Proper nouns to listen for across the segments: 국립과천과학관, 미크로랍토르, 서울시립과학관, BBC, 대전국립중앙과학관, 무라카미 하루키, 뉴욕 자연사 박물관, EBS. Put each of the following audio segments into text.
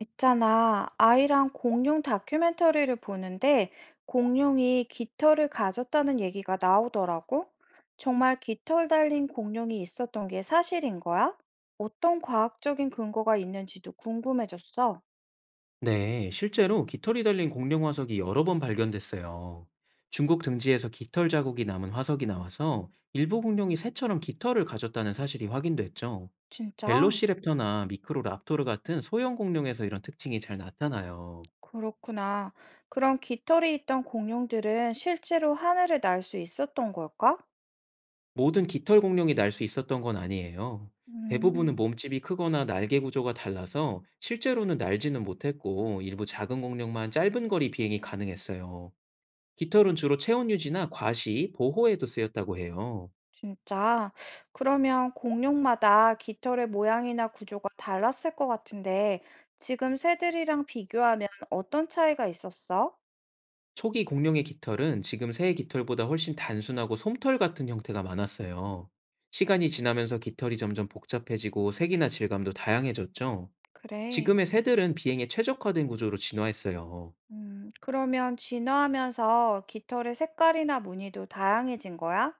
있잖아, 아이랑 공룡 다큐멘터리를 보는데 공룡이 깃털을 가졌다는 얘기가 나오더라고. 정말 깃털 달린 공룡이 있었던 게 사실인 거야? 어떤 과학적인 근거가 있는지도 궁금해졌어. 네, 실제로 깃털이 달린 공룡 화석이 여러 번 발견됐어요. 중국 등지에서 깃털 자국이 남은 화석이 나와서 일부 공룡이 새처럼 깃털을 가졌다는 사실이 확인됐죠. 진짜? 벨로시랩터나 미크로랍토르 같은 소형 공룡에서 이런 특징이 잘 나타나요. 그렇구나. 그럼 깃털이 있던 공룡들은 실제로 하늘을 날 수 있었던 걸까? 모든 깃털 공룡이 날 수 있었던 건 아니에요. 대부분은 음. 몸집이 크거나 날개 구조가 달라서 실제로는 날지는 못했고 일부 작은 공룡만 짧은 거리 비행이 가능했어요. 깃털은 주로 체온 유지나 과시, 보호에도 쓰였다고 해요. 진짜? 그러면 공룡마다 깃털의 모양이나 구조가 달랐을 것 같은데, 지금 새들이랑 비교하면 어떤 차이가 있었어? 초기 공룡의 깃털은 지금 새의 깃털보다 훨씬 단순하고 솜털 같은 형태가 많았어요. 시간이 지나면서 깃털이 점점 복잡해지고 색이나 질감도 다양해졌죠. 그래. 지금의 새들은 비행에 최적화된 구조로 진화했어요. 그러면 진화하면서 깃털의 색깔이나 무늬도 다양해진 거야?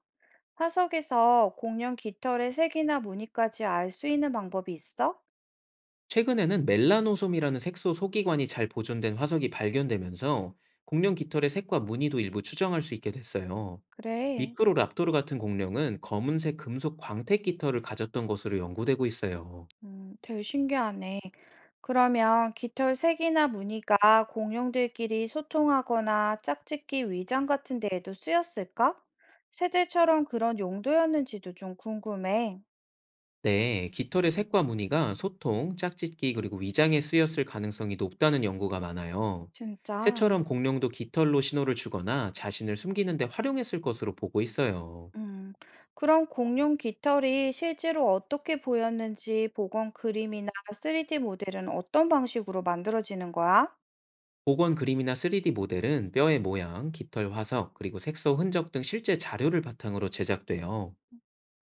화석에서 공룡 깃털의 색이나 무늬까지 알 수 있는 방법이 있어? 최근에는 멜라노솜이라는 색소 소기관이 잘 보존된 화석이 발견되면서 공룡 깃털의 색과 무늬도 일부 추정할 수 있게 됐어요. 그래. 미크로 랍토르 같은 공룡은 검은색 금속 광택 깃털을 가졌던 것으로 연구되고 있어요. 되게 신기하네. 그러면 깃털 색이나 무늬가 공룡들끼리 소통하거나 짝짓기 위장 같은 데에도 쓰였을까? 세제처럼 그런 용도였는지도 좀 궁금해. 네, 깃털의 색과 무늬가 소통, 짝짓기 그리고 위장에 쓰였을 가능성이 높다는 연구가 많아요. 진짜? 새처럼 공룡도 깃털로 신호를 주거나 자신을 숨기는 데 활용했을 것으로 보고 있어요. 음, 그럼 공룡 깃털이 실제로 어떻게 보였는지 복원 그림이나 3D 모델은 어떤 방식으로 만들어지는 거야? 복원 그림이나 3D 모델은 뼈의 모양, 깃털 화석, 그리고 색소 흔적 등 실제 자료를 바탕으로 제작돼요.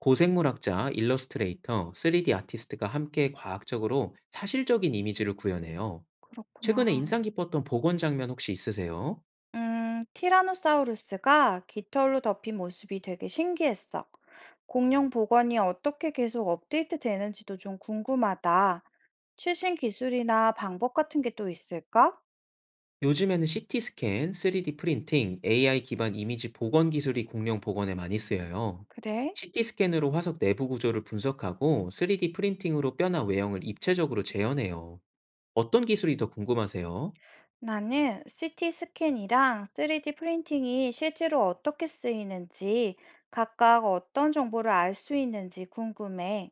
고생물학자, 일러스트레이터, 3D 아티스트가 함께 과학적으로 사실적인 이미지를 구현해요. 그렇구나. 최근에 인상 깊었던 복원 장면 혹시 있으세요? 티라노사우루스가 깃털로 덮인 모습이 되게 신기했어. 공룡 복원이 어떻게 계속 업데이트 되는지도 좀 궁금하다. 최신 기술이나 방법 같은 게 또 있을까? 요즘에는 CT 스캔, 3D 프린팅, AI 기반 이미지 복원 기술이 공룡 복원에 많이 쓰여요. 그래? CT 스캔으로 화석 내부 구조를 분석하고 3D 프린팅으로 뼈나 외형을 입체적으로 재현해요. 어떤 기술이 더 궁금하세요? 나는 CT 스캔이랑 3D 프린팅이 실제로 어떻게 쓰이는지, 각각 어떤 정보를 알 수 있는지 궁금해.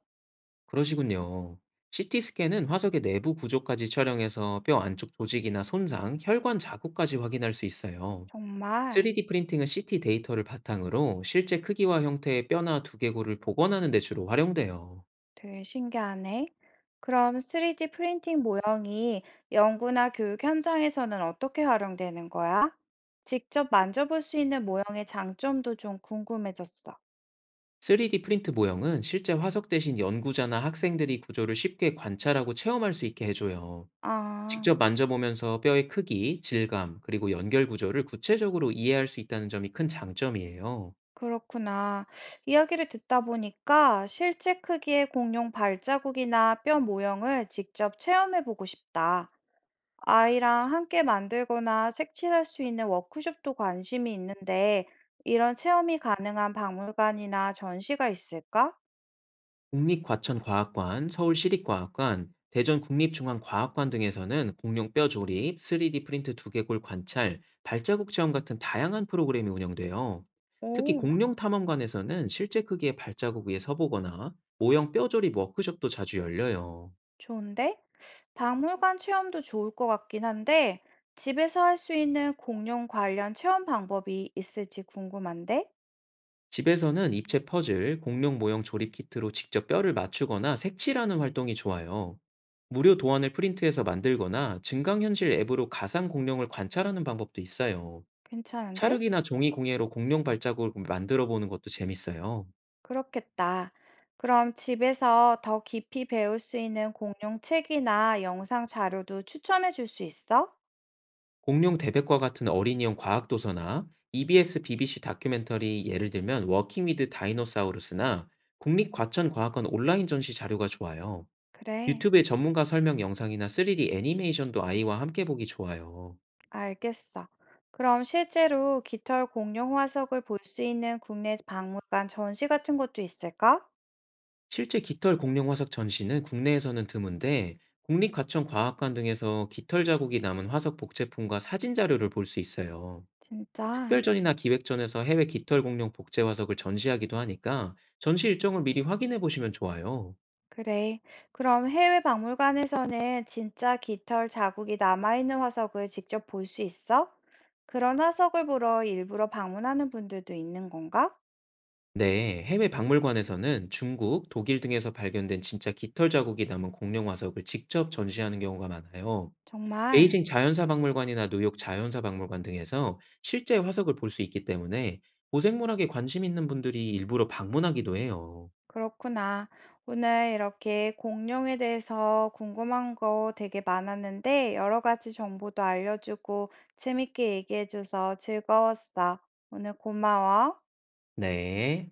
그러시군요. CT 스캔은 화석의 내부 구조까지 촬영해서 뼈 안쪽 조직이나 손상, 혈관 자국까지 확인할 수 있어요. 정말. 3D 프린팅은 CT 데이터를 바탕으로 실제 크기와 형태의 뼈나 두개골을 복원하는 데 주로 활용돼요. 되게 신기하네. 그럼 3D 프린팅 모형이 연구나 교육 현장에서는 어떻게 활용되는 거야? 직접 만져볼 수 있는 모형의 장점도 좀 궁금해졌어. 3D 프린트 모형은 실제 화석 대신 연구자나 학생들이 구조를 쉽게 관찰하고 체험할 수 있게 해줘요. 아, 직접 만져보면서 뼈의 크기, 질감, 그리고 연결 구조를 구체적으로 이해할 수 있다는 점이 큰 장점이에요. 그렇구나. 이야기를 듣다 보니까 실제 크기의 공룡 발자국이나 뼈 모형을 직접 체험해보고 싶다. 아이랑 함께 만들거나 색칠할 수 있는 워크숍도 관심이 있는데, 이런 체험이 가능한 박물관이나 전시가 있을까? 국립과천과학관, 서울시립과학관, 대전국립중앙과학관 등에서는 공룡 뼈 조립, 3D 프린트 두개골 관찰, 발자국 체험 같은 다양한 프로그램이 운영돼요. 특히 오, 공룡 탐험관에서는 실제 크기의 발자국 위에 서보거나 모형 뼈 조립 워크숍도 자주 열려요. 좋은데? 박물관 체험도 좋을 것 같긴 한데, 집에서 할 수 있는 공룡 관련 체험 방법이 있을지 궁금한데? 집에서는 입체 퍼즐, 공룡 모형 조립 키트로 직접 뼈를 맞추거나 색칠하는 활동이 좋아요. 무료 도안을 프린트해서 만들거나 증강현실 앱으로 가상 공룡을 관찰하는 방법도 있어요. 괜찮은데? 찰흙이나 종이 공예로 공룡 발자국을 만들어 보는 것도 재밌어요. 그렇겠다. 그럼 집에서 더 깊이 배울 수 있는 공룡 책이나 영상 자료도 추천해 줄 수 있어? 공룡 대백과 같은 어린이용 과학 도서나 EBS BBC 다큐멘터리 예를 들면 워킹 위드 다이노사우루스나 국립과천과학원 온라인 전시 자료가 좋아요. 그래, 유튜브의 전문가 설명 영상이나 3D 애니메이션도 아이와 함께 보기 좋아요. 알겠어. 그럼 실제로 깃털 공룡 화석을 볼 수 있는 국내 박물관 전시 같은 것도 있을까? 실제 깃털 공룡 화석 전시는 국내에서는 드문데 국립과천과학관 등에서 깃털 자국이 남은 화석 복제품과 사진 자료를 볼 수 있어요. 진짜. 특별전이나 기획전에서 해외 깃털 공룡 복제 화석을 전시하기도 하니까 전시 일정을 미리 확인해 보시면 좋아요. 그래. 그럼 해외 박물관에서는 진짜 깃털 자국이 남아있는 화석을 직접 볼 수 있어? 그런 화석을 보러 일부러 방문하는 분들도 있는 건가? 네, 해외 박물관에서는 중국, 독일 등에서 발견된 진짜 깃털 자국이 남은 공룡 화석을 직접 전시하는 경우가 많아요. 정말 베이징 자연사 박물관이나 뉴욕 자연사 박물관 등에서 실제 화석을 볼 수 있기 때문에 고생물학에 관심 있는 분들이 일부러 방문하기도 해요. 그렇구나. 오늘 이렇게 공룡에 대해서 궁금한 거 되게 많았는데 여러 가지 정보도 알려주고 재밌게 얘기해줘서 즐거웠어. 오늘 고마워. 네.